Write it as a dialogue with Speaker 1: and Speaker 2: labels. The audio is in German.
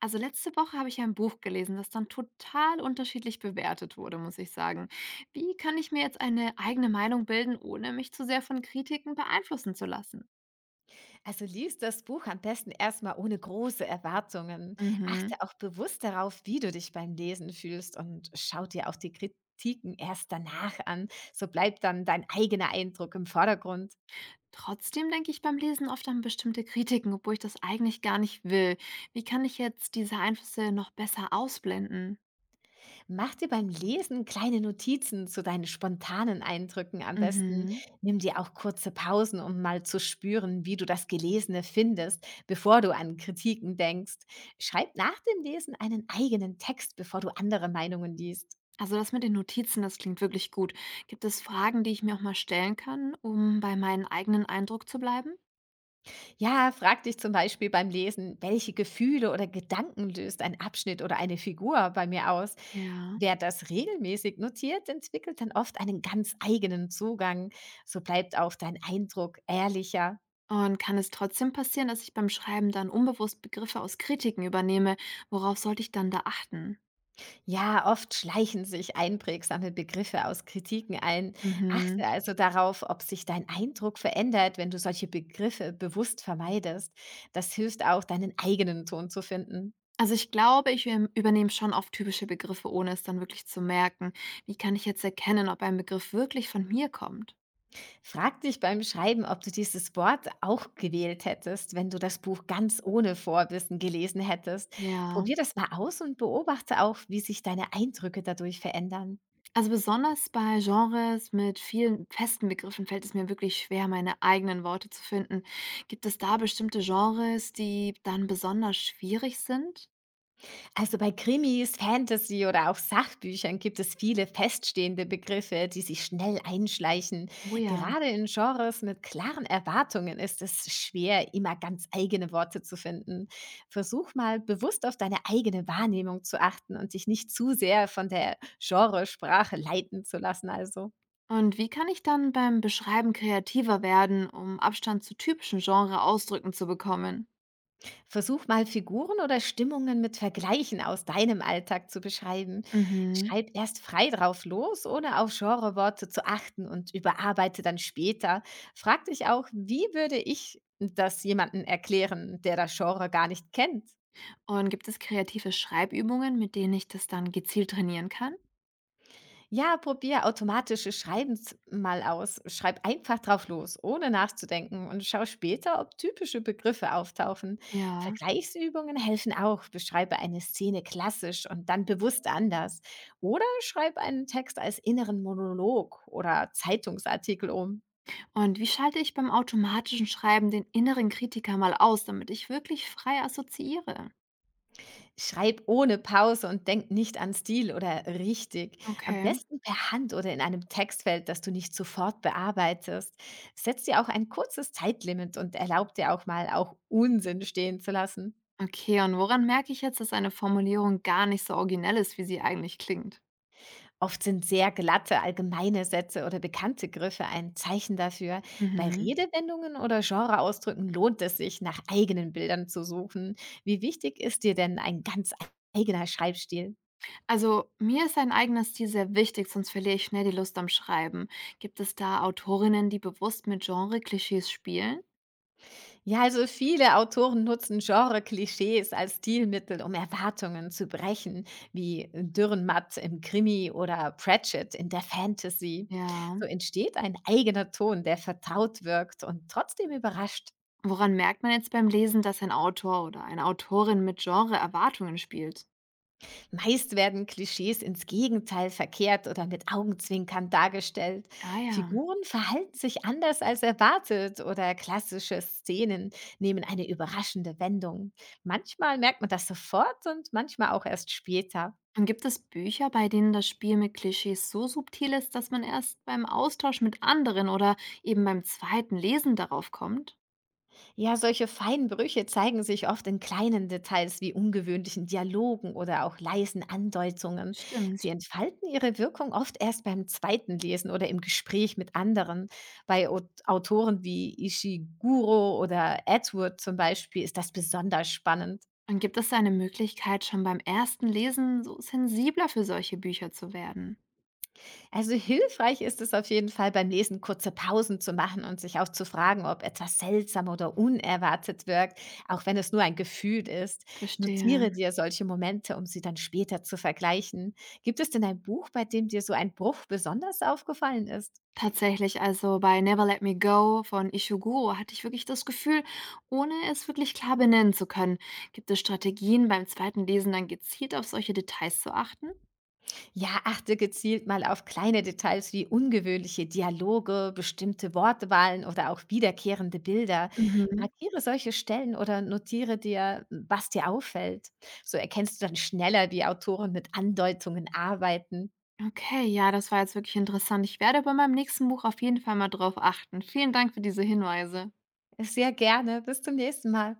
Speaker 1: Also letzte Woche habe ich ein Buch gelesen, das dann total unterschiedlich bewertet wurde, muss ich sagen. Wie kann ich mir jetzt eine eigene Meinung bilden, ohne mich zu sehr von Kritiken beeinflussen zu lassen?
Speaker 2: Also lies das Buch am besten erstmal ohne große Erwartungen.
Speaker 1: Mhm.
Speaker 2: Achte auch bewusst darauf, wie du dich beim Lesen fühlst und schau dir auch die Kritiken erst danach an. So bleibt dann dein eigener Eindruck im Vordergrund.
Speaker 1: Trotzdem denke ich beim Lesen oft an bestimmte Kritiken, obwohl ich das eigentlich gar nicht will. Wie kann ich jetzt diese Einflüsse noch besser ausblenden?
Speaker 2: Mach dir beim Lesen kleine Notizen zu deinen spontanen Eindrücken am besten.
Speaker 1: Mhm.
Speaker 2: Nimm dir auch kurze Pausen, um mal zu spüren, wie du das Gelesene findest, bevor du an Kritiken denkst. Schreib nach dem Lesen einen eigenen Text, bevor du andere Meinungen liest.
Speaker 1: Also das mit den Notizen, das klingt wirklich gut. Gibt es Fragen, die ich mir auch mal stellen kann, um bei meinem eigenen Eindruck zu bleiben?
Speaker 2: Ja, frag dich zum Beispiel beim Lesen, welche Gefühle oder Gedanken löst ein Abschnitt oder eine Figur bei mir aus.
Speaker 1: Ja.
Speaker 2: Wer das regelmäßig notiert, entwickelt dann oft einen ganz eigenen Zugang. So bleibt auch dein Eindruck ehrlicher.
Speaker 1: Und kann es trotzdem passieren, dass ich beim Schreiben dann unbewusst Begriffe aus Kritiken übernehme? Worauf sollte ich dann da achten?
Speaker 2: Ja, oft schleichen sich einprägsame Begriffe aus Kritiken ein.
Speaker 1: Mhm.
Speaker 2: Achte also darauf, ob sich dein Eindruck verändert, wenn du solche Begriffe bewusst vermeidest. Das hilft auch, deinen eigenen Ton zu finden.
Speaker 1: Also ich glaube, ich übernehme schon oft typische Begriffe, ohne es dann wirklich zu merken. Wie kann ich jetzt erkennen, ob ein Begriff wirklich von mir kommt?
Speaker 2: Frag dich beim Schreiben, ob du dieses Wort auch gewählt hättest, wenn du das Buch ganz ohne Vorwissen gelesen hättest.
Speaker 1: Ja.
Speaker 2: Probier das mal aus und beobachte auch, wie sich deine Eindrücke dadurch verändern.
Speaker 1: Also besonders bei Genres mit vielen festen Begriffen fällt es mir wirklich schwer, meine eigenen Worte zu finden. Gibt es da bestimmte Genres, die dann besonders schwierig sind?
Speaker 2: Also bei Krimis, Fantasy oder auch Sachbüchern gibt es viele feststehende Begriffe, die sich schnell einschleichen.
Speaker 1: Oh ja.
Speaker 2: Gerade in Genres mit klaren Erwartungen ist es schwer, immer ganz eigene Worte zu finden. Versuch mal bewusst auf deine eigene Wahrnehmung zu achten und dich nicht zu sehr von der Genresprache leiten zu lassen. Also
Speaker 1: Und wie kann ich dann beim Beschreiben kreativer werden, um Abstand zu typischen Genre-Ausdrücken zu bekommen?
Speaker 2: versuch mal Figuren oder Stimmungen mit Vergleichen aus deinem Alltag zu beschreiben.
Speaker 1: Mhm.
Speaker 2: Schreib erst frei drauf los, ohne auf Genreworte zu achten und überarbeite dann später. Frag dich auch, wie würde ich das jemanden erklären, der das Genre gar nicht kennt?
Speaker 1: Und gibt es kreative Schreibübungen, mit denen ich das dann gezielt trainieren kann?
Speaker 2: Ja, probier automatisches Schreiben mal aus. Schreib einfach drauf los, ohne nachzudenken und schau später, ob typische Begriffe auftauchen.
Speaker 1: Ja.
Speaker 2: Vergleichsübungen helfen auch. Beschreibe eine Szene klassisch und dann bewusst anders. Oder schreib einen Text als inneren Monolog oder Zeitungsartikel um.
Speaker 1: Und wie schalte ich beim automatischen Schreiben den inneren Kritiker mal aus, damit ich wirklich frei assoziiere?
Speaker 2: Schreib ohne Pause und denk nicht an Stil oder richtig. Am
Speaker 1: Okay.
Speaker 2: besten per Hand oder in einem Textfeld, das du nicht sofort bearbeitest. Setz dir auch ein kurzes Zeitlimit und erlaub dir auch mal, auch Unsinn stehen zu lassen.
Speaker 1: Okay, und woran merke ich jetzt, dass eine Formulierung gar nicht so originell ist, wie sie eigentlich klingt?
Speaker 2: Oft sind sehr glatte, allgemeine Sätze oder bekannte Griffe ein Zeichen dafür. Bei
Speaker 1: Mhm.
Speaker 2: Redewendungen oder Genreausdrücken lohnt es sich, nach eigenen Bildern zu suchen. Wie wichtig ist dir denn ein ganz eigener Schreibstil?
Speaker 1: Also, mir ist ein eigener Stil sehr wichtig, sonst verliere ich schnell die Lust am Schreiben. Gibt es da Autorinnen, die bewusst mit Genre-Klischees spielen?
Speaker 2: Ja, also viele Autoren nutzen Genre-Klischees als Stilmittel, um Erwartungen zu brechen, wie Dürrenmatt im Krimi oder Pratchett in der Fantasy.
Speaker 1: Ja.
Speaker 2: So entsteht ein eigener Ton, der vertraut wirkt und trotzdem überrascht.
Speaker 1: Woran merkt man jetzt beim Lesen, dass ein Autor oder eine Autorin mit Genre-Erwartungen spielt?
Speaker 2: Meist werden Klischees ins Gegenteil verkehrt oder mit Augenzwinkern dargestellt.
Speaker 1: Ah ja.
Speaker 2: Figuren verhalten sich anders als erwartet oder klassische Szenen nehmen eine überraschende Wendung. Manchmal merkt man das sofort und manchmal auch erst später.
Speaker 1: Und gibt es Bücher, bei denen das Spiel mit Klischees so subtil ist, dass man erst beim Austausch mit anderen oder eben beim zweiten Lesen darauf kommt?
Speaker 2: Ja, solche feinen Brüche zeigen sich oft in kleinen Details wie ungewöhnlichen Dialogen oder auch leisen Andeutungen. Sie
Speaker 1: Stimmt.
Speaker 2: entfalten ihre Wirkung oft erst beim zweiten Lesen oder im Gespräch mit anderen. Bei Autoren wie Ishiguro oder Edward zum Beispiel ist das besonders spannend.
Speaker 1: Und gibt es eine Möglichkeit, schon beim ersten Lesen so sensibler für solche Bücher zu werden?
Speaker 2: Also hilfreich ist es auf jeden Fall beim Lesen kurze Pausen zu machen und sich auch zu fragen, ob etwas seltsam oder unerwartet wirkt, auch wenn es nur ein Gefühl ist.
Speaker 1: Verstehe.
Speaker 2: Notiere dir solche Momente, um sie dann später zu vergleichen. Gibt es denn ein Buch, bei dem dir so ein Bruch besonders aufgefallen ist?
Speaker 1: Tatsächlich, also bei „Never Let Me Go“ von Ishiguro hatte ich wirklich das Gefühl, ohne es wirklich klar benennen zu können. Gibt es Strategien, beim zweiten Lesen dann gezielt auf solche Details zu achten?
Speaker 2: Ja, achte gezielt mal auf kleine Details wie ungewöhnliche Dialoge, bestimmte Wortwahlen oder auch wiederkehrende Bilder.
Speaker 1: Mhm.
Speaker 2: Markiere solche Stellen oder notiere dir, was dir auffällt. So erkennst du dann schneller, wie Autoren mit Andeutungen arbeiten.
Speaker 1: Okay, ja, das war jetzt wirklich interessant. Ich werde bei meinem nächsten Buch auf jeden Fall mal drauf achten. Vielen Dank für diese Hinweise.
Speaker 2: Sehr gerne. Bis zum nächsten Mal.